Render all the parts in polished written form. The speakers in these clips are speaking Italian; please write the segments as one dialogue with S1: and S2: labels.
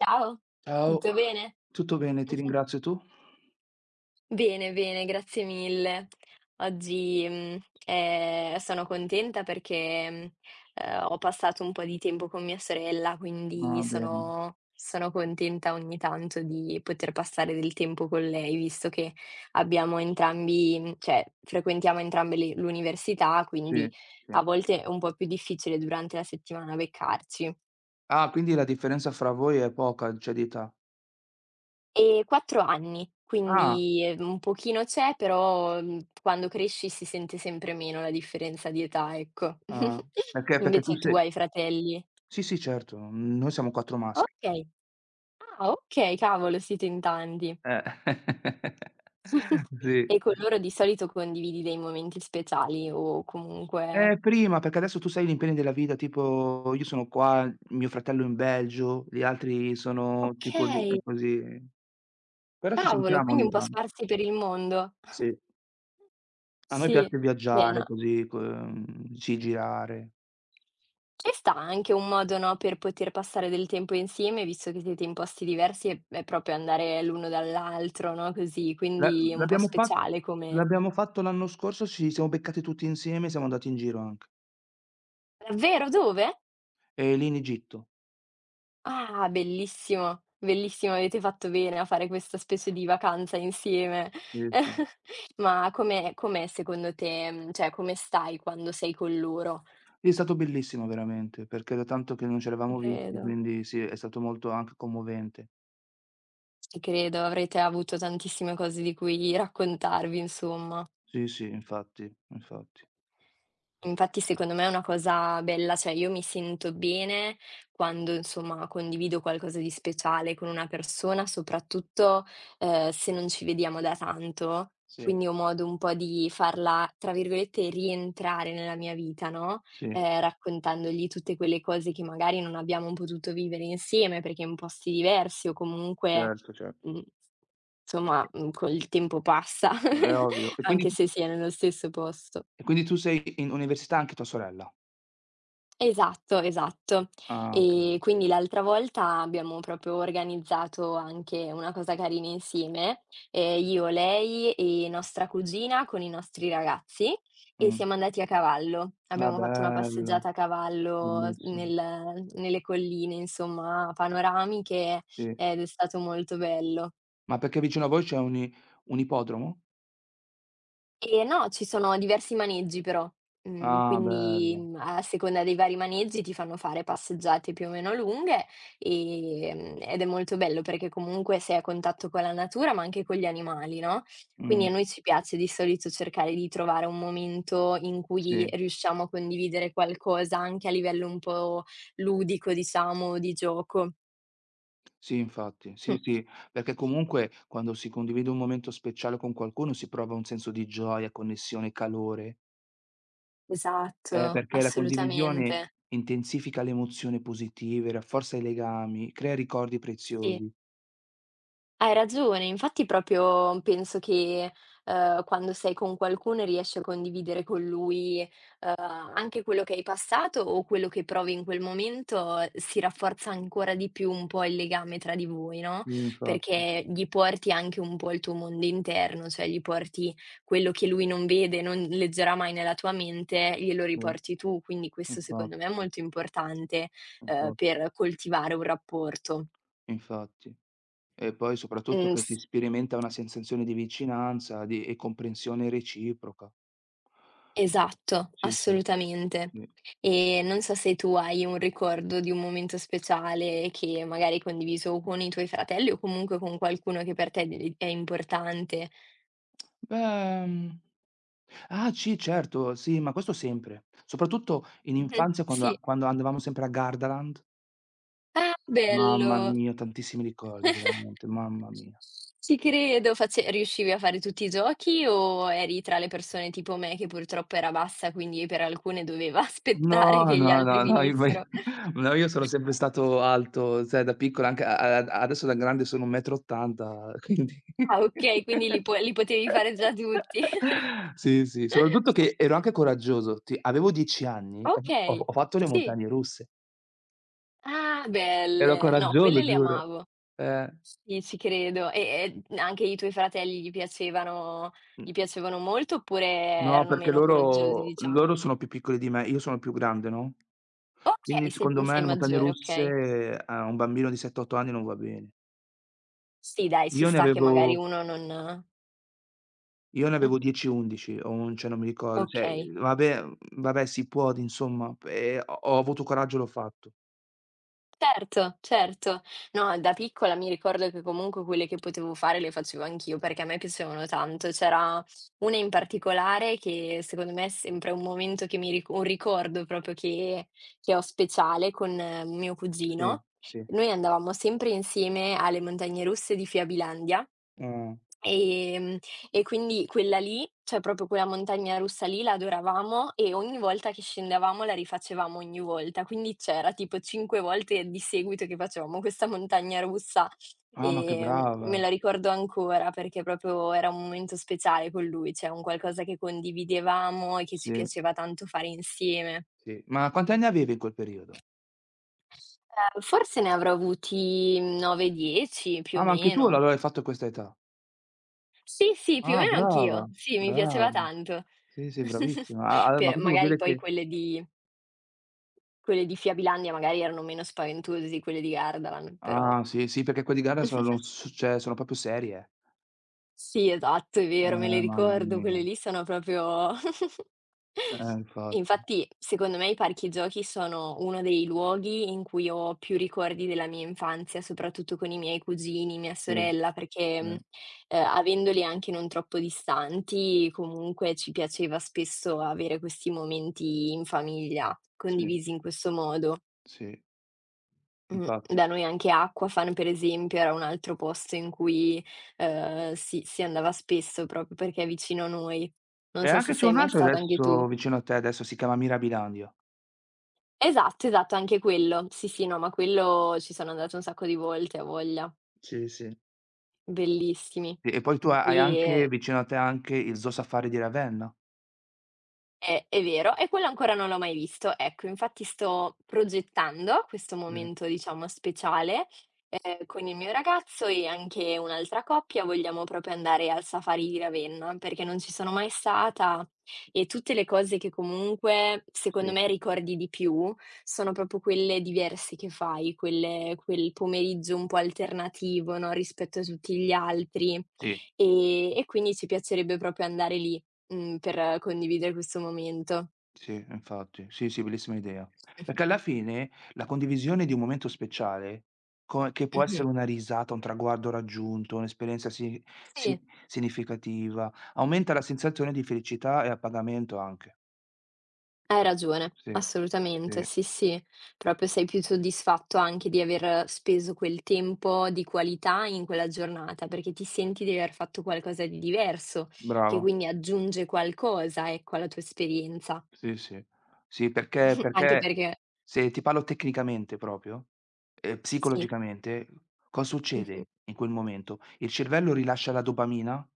S1: Ciao,
S2: Ciao,
S1: tutto bene?
S2: tutto bene, ti ringrazio, e tu?
S1: Bene, bene, grazie mille. Oggi, sono contenta perché, ho passato un po' di tempo con mia sorella, quindi
S2: Ah, bene,
S1: sono contenta ogni tanto di poter passare del tempo con lei, visto che abbiamo entrambi cioè frequentiamo entrambe le l'università,
S2: sì,
S1: quindi
S2: sì.
S1: a volte è un po' più difficile durante la settimana beccarci.
S2: Ah, quindi la differenza fra voi è poca, cioè di età.
S1: 4 anni,
S2: Ah,
S1: quindi, un pochino c'è, però, quando cresci si sente sempre meno la differenza di età, ecco.
S2: ah, perché perché tu
S1: Invece tu
S2: se
S1: hai fratelli?
S2: sì, sì, certo, noi siamo 4 maschi.
S1: Okay. Ah, okay, cavolo, siete in tanti.
S2: Eh. Sì.
S1: E con loro di solito condividi dei momenti speciali o comunque.
S2: Prima, perché adesso tu sai gli impegni della vita, tipo io sono qua, mio fratello in Belgio, gli altri sono tipo lì
S1: Okay,
S2: e così. Però ci
S1: cavolo,
S2: sentiamo
S1: quindi
S2: ogni
S1: un po'
S2: tanto.
S1: sparsi per il mondo.
S2: Sì. A noi
S1: Sì.
S2: piace
S1: No.
S2: viaggiare così, sì, girare.
S1: Ci sta anche un modo, no, per poter passare del tempo insieme, visto che siete in posti diversi e proprio andare l'uno dall'altro, no, così,
S2: La
S1: quindi è un po'
S2: l'abbiamo fa
S1: speciale come.
S2: l'abbiamo fatto l'anno scorso, ci siamo beccati tutti insieme, siamo andati in giro anche,
S1: Davvero, dove?
S2: lì in Egitto.
S1: Ah, bellissimo, bellissimo, avete fatto bene a fare questa specie di vacanza insieme.
S2: Sì, sì.
S1: Ma com'è secondo te, cioè come stai quando sei con loro?
S2: Sì, è stato bellissimo veramente, perché da tanto che non ci
S1: Ti
S2: eravamo visti,
S1: credo,
S2: quindi sì, è stato molto anche commovente.
S1: ti credo, avrete avuto tantissime cose di cui raccontarvi, insomma.
S2: Sì, sì, infatti, infatti.
S1: Infatti secondo me è una cosa bella, cioè io mi sento bene quando insomma condivido qualcosa di speciale con una persona, soprattutto, se non ci vediamo da tanto,
S2: Sì,
S1: quindi ho modo un po' di farla, tra virgolette, "rientrare" nella mia vita, no,
S2: sì,
S1: raccontandogli tutte quelle cose che magari non abbiamo potuto vivere insieme perché in posti diversi o comunque,
S2: certo, certo.
S1: mhmm, insomma, col tempo passa,
S2: È ovvio. E quindi
S1: anche se si è nello stesso posto.
S2: e quindi tu sei in università anche tua sorella?
S1: Esatto, esatto.
S2: Ah, okay.
S1: E quindi l'altra volta abbiamo proprio organizzato anche una cosa carina insieme, io, lei e nostra cugina con i nostri ragazzi e
S2: Mh.
S1: siamo andati a cavallo.
S2: Ah,
S1: Abbiamo fatto una
S2: bello,
S1: passeggiata a cavallo
S2: bellissimo.
S1: nelle colline, insomma, panoramiche
S2: Sì.
S1: ed è stato molto bello.
S2: Ma perché vicino a voi c'è un ippodromo?
S1: No, ci sono diversi maneggi però,
S2: Ah,
S1: quindi,
S2: bello.
S1: a seconda dei vari maneggi ti fanno fare passeggiate più o meno lunghe, ed è molto bello perché comunque sei a contatto con la natura, ma anche con gli animali, no, quindi
S2: Mh.
S1: a noi ci piace di solito cercare di trovare un momento in cui
S2: Sì,
S1: riusciamo a condividere qualcosa anche a livello un po' ludico diciamo, di gioco.
S2: sì, infatti.
S1: Mh.
S2: Sì, sì, perché comunque quando si condivide un momento speciale con qualcuno si prova un senso di gioia, connessione, calore,
S1: Esatto,
S2: perché la
S1: assolutamente.
S2: condivisione intensifica le emozioni positive, rafforza i legami, crea ricordi
S1: Sì.
S2: preziosi.
S1: Hai ragione, infatti proprio penso che, quando sei con qualcuno e riesci a condividere con lui, anche quello che hai passato o quello che provi in quel momento, si rafforza ancora di più un po' il legame tra di voi, no,
S2: Sì, infatti.
S1: perché gli porti anche un po' il tuo mondo interno, cioè gli porti quello che lui non vede, non leggerà mai nella tua mente, glielo
S2: Sì,
S1: riporti tu, quindi questo secondo me
S2: infatti,
S1: è molto importante,
S2: infatti,
S1: per coltivare un rapporto.
S2: infatti. E poi soprattutto
S1: Mhmm,
S2: che si
S1: s
S2: sperimenta una sensazione di vicinanza, di e comprensione reciproca.
S1: Esatto,
S2: Sì, sì.
S1: assolutamente.
S2: Sì.
S1: E non so se tu hai un ricordo di un momento speciale che magari hai condiviso con i tuoi fratelli o comunque con qualcuno che per te de è importante.
S2: Beh, ah sì, certo, sì, ma questo sempre. Soprattutto in
S1: Mh-mh,
S2: infanzia,
S1: sì.
S2: quando andavamo sempre a Gardaland,
S1: Ah,
S2: mamma
S1: bello!
S2: mia, tantissimi ricordi veramente, mamma mia.
S1: Ci credo. Face Riuscivi a fare tutti i giochi o eri tra le persone tipo me che purtroppo era bassa, quindi per alcune doveva
S2: No,
S1: aspettare che gli
S2: no,
S1: altri
S2: no, no, io poi
S1: finissero?
S2: no, io sono sempre stato alto, cioè da piccolo anche a a a adesso da grande sono 1,80 m, quindi
S1: Ah, okay, quindi li potevi fare già tutti.
S2: sì, sì, soprattutto che ero anche coraggioso, ti avevo 10 anni, ho f ho
S1: Okay,
S2: ho fatto le
S1: sì.
S2: montagne russe.
S1: Ah,
S2: Ero
S1: belle. No, quelle
S2: coraggioso,
S1: le
S2: giuro.
S1: amavo.
S2: Eh,
S1: Sì, ci credo. E anche i tuoi fratelli gli piacevano gli
S2: mh.
S1: piacevano molto oppure
S2: No,
S1: erano
S2: perché
S1: meno coraggiosi,
S2: loro
S1: diciamo?
S2: loro sono più piccoli di me, io sono più grande, no, quindi
S1: Okay, sei
S2: secondo
S1: sei
S2: me
S1: il
S2: le montagne
S1: maggiore, okay.
S2: russe a un bambino di 7, 8 anni non va bene.
S1: Sì dai, ci
S2: Io ne
S1: sta che magari
S2: avevo
S1: uno non.
S2: io ne
S1: Mh,
S2: avevo 10, 11 o 11, cioè non mi ricordo, cioè
S1: okay.
S2: vabbè vabbè si può d insomma, e ho avuto coraggio e l'ho fatto.
S1: Certo, certo. No, da piccola mi ricordo che comunque quelle che potevo fare le facevo anch'io perché a me piacevano tanto. C'era una in particolare che secondo me è sempre un momento che mi ric un ricordo proprio che ho speciale con mio
S2: Sì,
S1: cugino.
S2: sì.
S1: Noi andavamo sempre insieme alle montagne russe di Fiabilandia.
S2: Mh.
S1: Ehm, e quindi quella lì, cioè proprio quella montagna russa lì l'adoravamo e ogni volta che scendevamo la rifacevamo ogni volta. Quindi c'era tipo 5 volte di seguito che facevamo questa montagna russa,
S2: Ah, ma che
S1: me
S2: brava.
S1: la ricordo ancora perché proprio era un momento speciale con lui, cioè un qualcosa che condividevamo e che ci
S2: Sì,
S1: piaceva tanto fare insieme.
S2: sì. Ma quanti anni avevi in quel periodo?
S1: Forse ne avrò avuti 9, 10 più o
S2: Ah, ma anche tu
S1: meno.
S2: allora l'hai fatto a questa età.
S1: Sì, sì, più o
S2: Ah,
S1: meno anch'io.
S2: brava,
S1: Sì, mi piaceva
S2: brava.
S1: tanto.
S2: Sì, sì, bravissima. A a ma
S1: Per
S2: questo vuol
S1: magari
S2: dire
S1: poi
S2: che.
S1: quelle di Fiabilandia magari erano meno spaventose di quelle di Gardaland, però
S2: Ah, sì, sì, perché quelli di gara sono s cioè sono proprio serie.
S1: Sì, esatto, è vero, me le
S2: Eh, mamma
S1: ricordo, quelle
S2: mia.
S1: lì sono proprio.
S2: Infatti.
S1: Infatti, secondo me i parchi giochi sono uno dei luoghi in cui ho più ricordi della mia infanzia, soprattutto con i miei cugini, mia
S2: Sì,
S1: sorella, perché,
S2: sì.
S1: avendoli anche non troppo distanti, comunque ci piaceva spesso avere questi momenti in famiglia,
S2: Sì,
S1: condivisi in questo modo.
S2: sì, infatti.
S1: Da noi anche Aquafan, per esempio, era un altro posto in cui, si andava spesso proprio perché è vicino a noi. Non
S2: E
S1: so se
S2: anche c'è
S1: sei
S2: un
S1: mai
S2: altro
S1: stata anche tu.
S2: adesso vicino a te, adesso si chiama Mirabilandio.
S1: Esatto, esatto, anche quello. Sì, sì, no, ma quello ci sono andata un sacco di volte, a voglia.
S2: Sì, sì.
S1: Bellissimi.
S2: Sì, e poi tu ha hai
S1: Ehm
S2: anche vicino a te anche il Zoo Safari di Ravenna?
S1: È vero, e quello ancora non l'ho mai visto. Ecco, infatti sto progettando questo
S2: Sì,
S1: momento, diciamo, speciale, con il mio ragazzo e anche un'altra coppia, vogliamo proprio andare al Safari di Ravenna, perché non ci sono mai stata e tutte le cose che comunque, secondo
S2: sì.
S1: me, ricordi di più, sono proprio quelle diverse che fai, quel pomeriggio un po' alternativo, no, rispetto a tutti gli altri,
S2: Sì.
S1: e quindi ci piacerebbe proprio andare lì. Per condividere questo momento.
S2: Sì, infatti. Sì, sì, bellissima idea.
S1: Mh-mh,
S2: Perché alla fine la condivisione di un momento speciale, co che può
S1: mh-mh.
S2: essere una risata, un traguardo raggiunto, un'esperienza si
S1: Sì,
S2: significativa, aumenta la sensazione di felicità e appagamento anche.
S1: hai ragione,
S2: Sì, sì,
S1: assolutamente, sì, sì. Proprio sei più soddisfatto anche di aver speso quel tempo di qualità in quella giornata, perché ti senti di aver fatto qualcosa di diverso, che
S2: bravo.
S1: quindi aggiunge qualcosa, ecco, alla tua esperienza.
S2: Sì, sì. Sì, perché
S1: Anche
S2: perché
S1: perché
S2: se ti parlo tecnicamente proprio,
S1: sì,
S2: psicologicamente, cosa
S1: mh-mh.
S2: succede in quel momento? Il cervello rilascia la dopamina,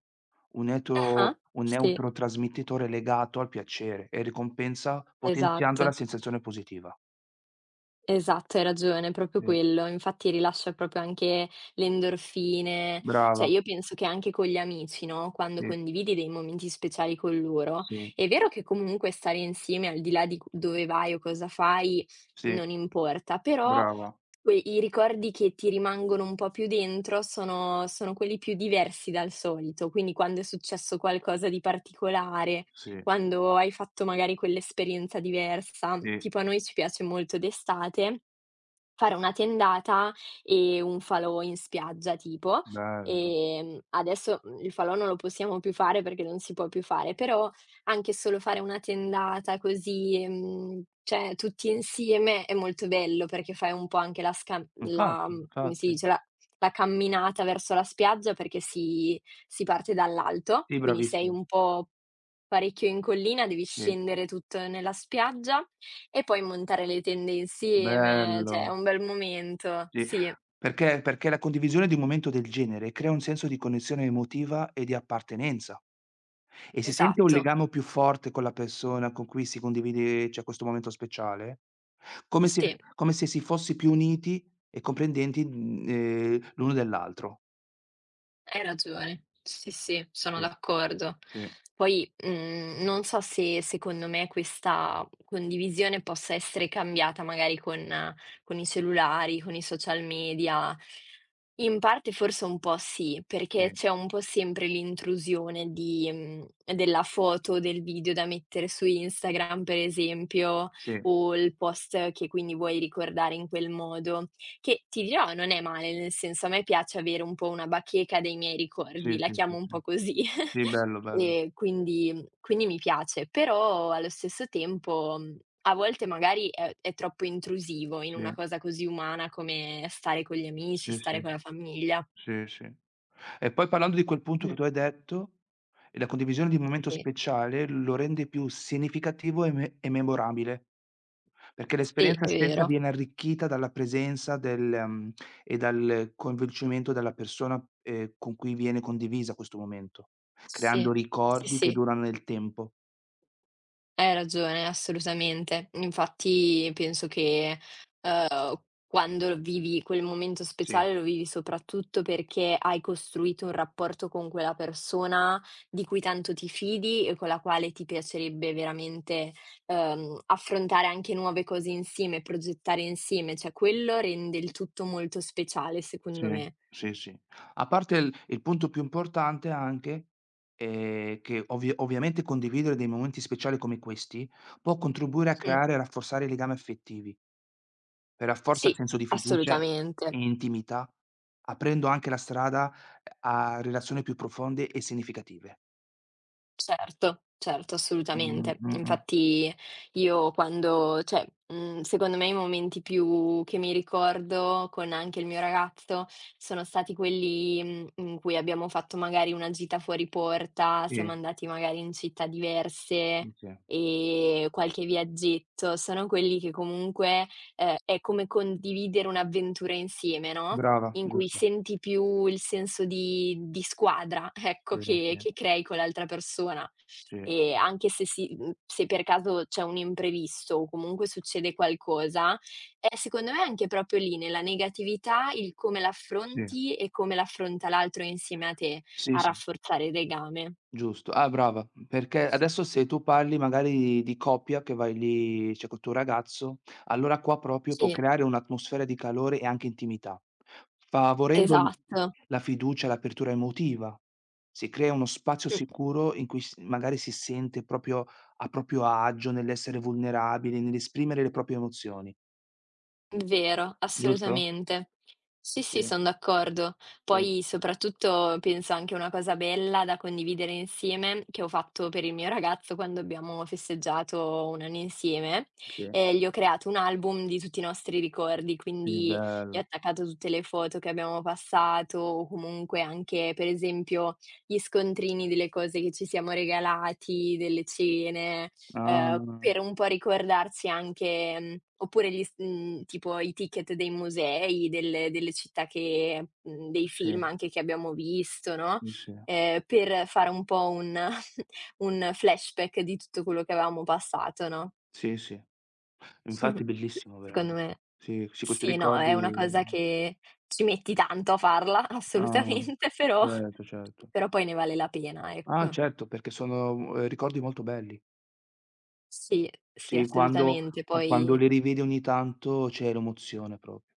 S1: Ah-ah,
S2: un
S1: sì,
S2: neurotrasmettitore legato al piacere e ricompensa, potenziando la
S1: esatto.
S2: sensazione positiva.
S1: Esatto, hai ragione, è proprio
S2: Sì,
S1: quello. Infatti rilascia proprio anche le endorfine. Cioè
S2: brava.
S1: io penso che anche con gli amici, no, quando
S2: Sì,
S1: condividi dei momenti speciali con loro,
S2: sì,
S1: è vero che comunque stare insieme al di là di c dove vai o cosa fai
S2: sì,
S1: non importa, però
S2: brava.
S1: que i ricordi che ti rimangono un po' più dentro sono quelli più diversi dal solito, quindi quando è successo qualcosa di particolare
S2: Sì,
S1: quando hai fatto magari quell'esperienza diversa.
S2: sì,
S1: Tipo a noi ci piace molto d'estate, fare una tendata e un falò in spiaggia tipo.
S2: bello.
S1: Adesso, il falò non lo possiamo più fare perché non si può più fare, però anche solo fare una tendata così, cioè tutti insieme è molto bello perché fai un po' anche la sca la
S2: Infatti,
S1: mhmm, come si
S2: infatti.
S1: dice, la camminata verso la spiaggia perché si parte dall'alto,
S2: Sì,
S1: quindi sei
S2: bravissima.
S1: un po' parecchio in collina, devi
S2: Sì,
S1: scendere tutto nella spiaggia e poi montare le tende insieme, cioè è
S2: bello.
S1: un bel momento.
S2: Sì,
S1: Sì,
S2: perché la condivisione di un momento del genere crea un senso di connessione emotiva e di appartenenza e si sente un
S1: esatto.
S2: legame più forte con la persona con cui si condivide, cioè, questo momento speciale, come
S1: Sì.
S2: se come se si fossi più uniti e comprendenti, l'uno dell'altro.
S1: Hai ragione. Sì, sì, sono
S2: Sì,
S1: d'accordo.
S2: sì,
S1: Poi, non so se secondo me questa condivisione possa essere cambiata magari con i cellulari, con i social media. In parte forse un po' sì,
S2: sì,
S1: perché c'è un po' sempre l'intrusione della foto, del video da mettere su Instagram per esempio,
S2: sì,
S1: o il post che quindi vuoi ricordare in quel modo. Che ti dirò, non è male, nel senso a me piace avere un po' una bacheca dei miei
S2: sì,
S1: ricordi, la
S2: sì,
S1: chiamo
S2: sì,
S1: un
S2: sì.
S1: po' così,
S2: Sì, bello, bello.
S1: e quindi mi piace. Però allo stesso tempo, a volte magari è troppo intrusivo in
S2: Sì,
S1: una cosa così umana come stare con gli amici,
S2: sì,
S1: stare
S2: sì,
S1: con la famiglia.
S2: sì, sì. E poi, parlando di quel punto che
S1: Mh,
S2: tu hai detto, la condivisione di un momento
S1: sì,
S2: speciale lo rende più significativo e memorabile, perché
S1: sì,
S2: l'esperienza
S1: è
S2: stessa
S1: vero.
S2: viene arricchita dalla presenza e dal coinvolgimento della persona, con cui viene condivisa questo momento,
S1: Sì,
S2: creando
S1: sì,
S2: ricordi che
S1: sì.
S2: durano nel tempo.
S1: Hai ragione, assolutamente. Infatti penso che, quando vivi quel momento
S2: Sì.
S1: speciale lo vivi soprattutto perché hai costruito un rapporto con quella persona di cui tanto ti fidi e con la quale ti piacerebbe veramente, affrontare anche nuove cose insieme, progettare insieme, cioè quello rende il tutto molto speciale secondo
S2: Sì,
S1: me.
S2: sì, sì. A parte il punto più importante anche, che ovviamente condividere dei momenti speciali come questi, può contribuire a
S1: Mh-mh.
S2: creare e rafforzare i legami affettivi, e rafforza il
S1: Sì,
S2: senso di fiducia e
S1: assolutamente.
S2: intimità, aprendo anche la strada, a relazioni più profonde e significative.
S1: Certo, certo, assolutamente.
S2: Mh-mh.
S1: Infatti io quando cioè, secondo me i momenti più che mi ricordo con anche il mio ragazzo sono stati quelli, in cui abbiamo fatto magari una gita fuori porta, siamo
S2: Sì,
S1: andati magari in città diverse,
S2: sì, sì.
S1: qualche viaggetto. Sono quelli che comunque, è come condividere un'avventura insieme, no?
S2: Brava,
S1: In cui
S2: giusto.
S1: senti più il senso di squadra, ecco,
S2: Sì,
S1: che
S2: sì,
S1: che crei con l'altra persona.
S2: sì,
S1: E anche se si mhmm, se per caso c'è un imprevisto o comunque succede qualcosa, è secondo me anche proprio lì, nella negatività, il come
S2: sì.
S1: l'affronti e come l'affronta l'altro insieme a te,
S2: Sì,
S1: a
S2: sì.
S1: rafforzare il legame.
S2: Giusto. Ah, brava, perché adesso se tu parli magari di coppia che vai lì, cioè col tuo ragazzo, allora qua proprio può
S1: Sì,
S2: creare un'atmosfera di calore e anche intimità, favorendo l
S1: esatto.
S2: la fiducia, l'apertura emotiva. Si crea uno spazio
S1: Mh.
S2: sicuro in cui s magari si sente proprio a proprio agio nell'essere vulnerabili, nell'esprimere le proprie emozioni,
S1: Vero,
S2: giusto?
S1: assolutamente. Sì,
S2: Sì,
S1: sì, son d'accordo.
S2: sì,
S1: Poi soprattutto penso anche una cosa bella da condividere insieme, che ho fatto per il mio ragazzo quando abbiamo festeggiato 1 anno insieme,
S2: sì,
S1: gli ho creato un album di tutti i nostri ricordi,
S2: sì,
S1: quindi gli ho
S2: bello.
S1: attaccato tutte le foto che abbiamo passato o comunque anche, per esempio, gli scontrini delle cose che ci siamo regalati, delle cene.
S2: Ah,
S1: Per un po' ricordarsi anche oppure tipo i ticket dei musei, delle città dei
S2: sì,
S1: film anche che abbiamo visto, no,
S2: sì, sì.
S1: per fare un po' un un flashback di tutto quello che avevamo passato, no.
S2: Sì, sì. Infatti bellissimo
S1: Secondo
S2: veramente.
S1: me
S2: Sì, sì, questi
S1: sì, no,
S2: ricordi.
S1: è una cosa che ci metti tanto a farla,
S2: Ah,
S1: assolutamente, però
S2: certo, certo.
S1: poi ne vale la pena,
S2: Ah,
S1: ecco.
S2: certo, perché sono, ricordi molto belli.
S1: Sì, sì,
S2: Sì, quando
S1: assolutamente.
S2: q quando
S1: Poi.
S2: li rivedi ogni tanto c'è l'emozione proprio.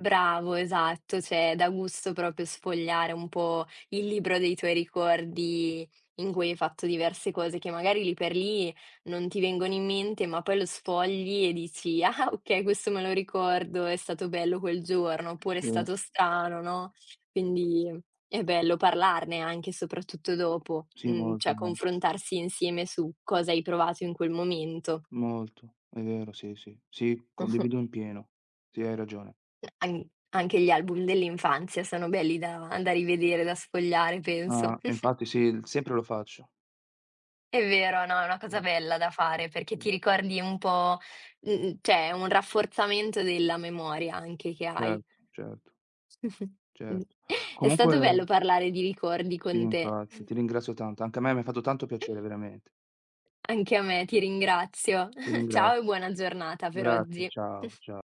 S1: Bravo, esatto, cioè dà gusto proprio sfogliare un po' il libro dei tuoi ricordi in cui hai fatto diverse cose che magari lì per lì non ti vengono in mente, ma poi lo sfogli e dici: "Ah okay, questo me lo ricordo, è stato bello quel giorno", oppure "È
S2: Sì,
S1: stato strano", no, quindi è bello parlarne anche, soprattutto dopo,
S2: sì,
S1: cioè
S2: molto, molto,
S1: confrontarsi insieme su cosa hai provato in quel momento.
S2: molto. È vero, sì, sì. Sì, condivido in pieno. Sì, hai ragione.
S1: An Anche gli album dell'infanzia sono belli da da rivedere, da sfogliare penso.
S2: Ah, infatti sì, l sempre lo faccio.
S1: È vero, no, è una cosa
S2: Sì,
S1: bella da fare perché
S2: sì.
S1: ti ricordi un po' mh-mh, cioè è un rafforzamento della memoria anche che hai.
S2: Certo, certo,
S1: Mh.
S2: certo.
S1: È stato
S2: Comunque
S1: bello parlare di ricordi
S2: sì,
S1: con te.
S2: infatti, ti ringrazio tanto. Anche a me mi ha fatto tanto piacere veramente.
S1: Anche a me, ti ringrazio.
S2: Ti
S1: Ciao e
S2: ringrazio.
S1: buona giornata per
S2: Grazie,
S1: oggi.
S2: ciao, cia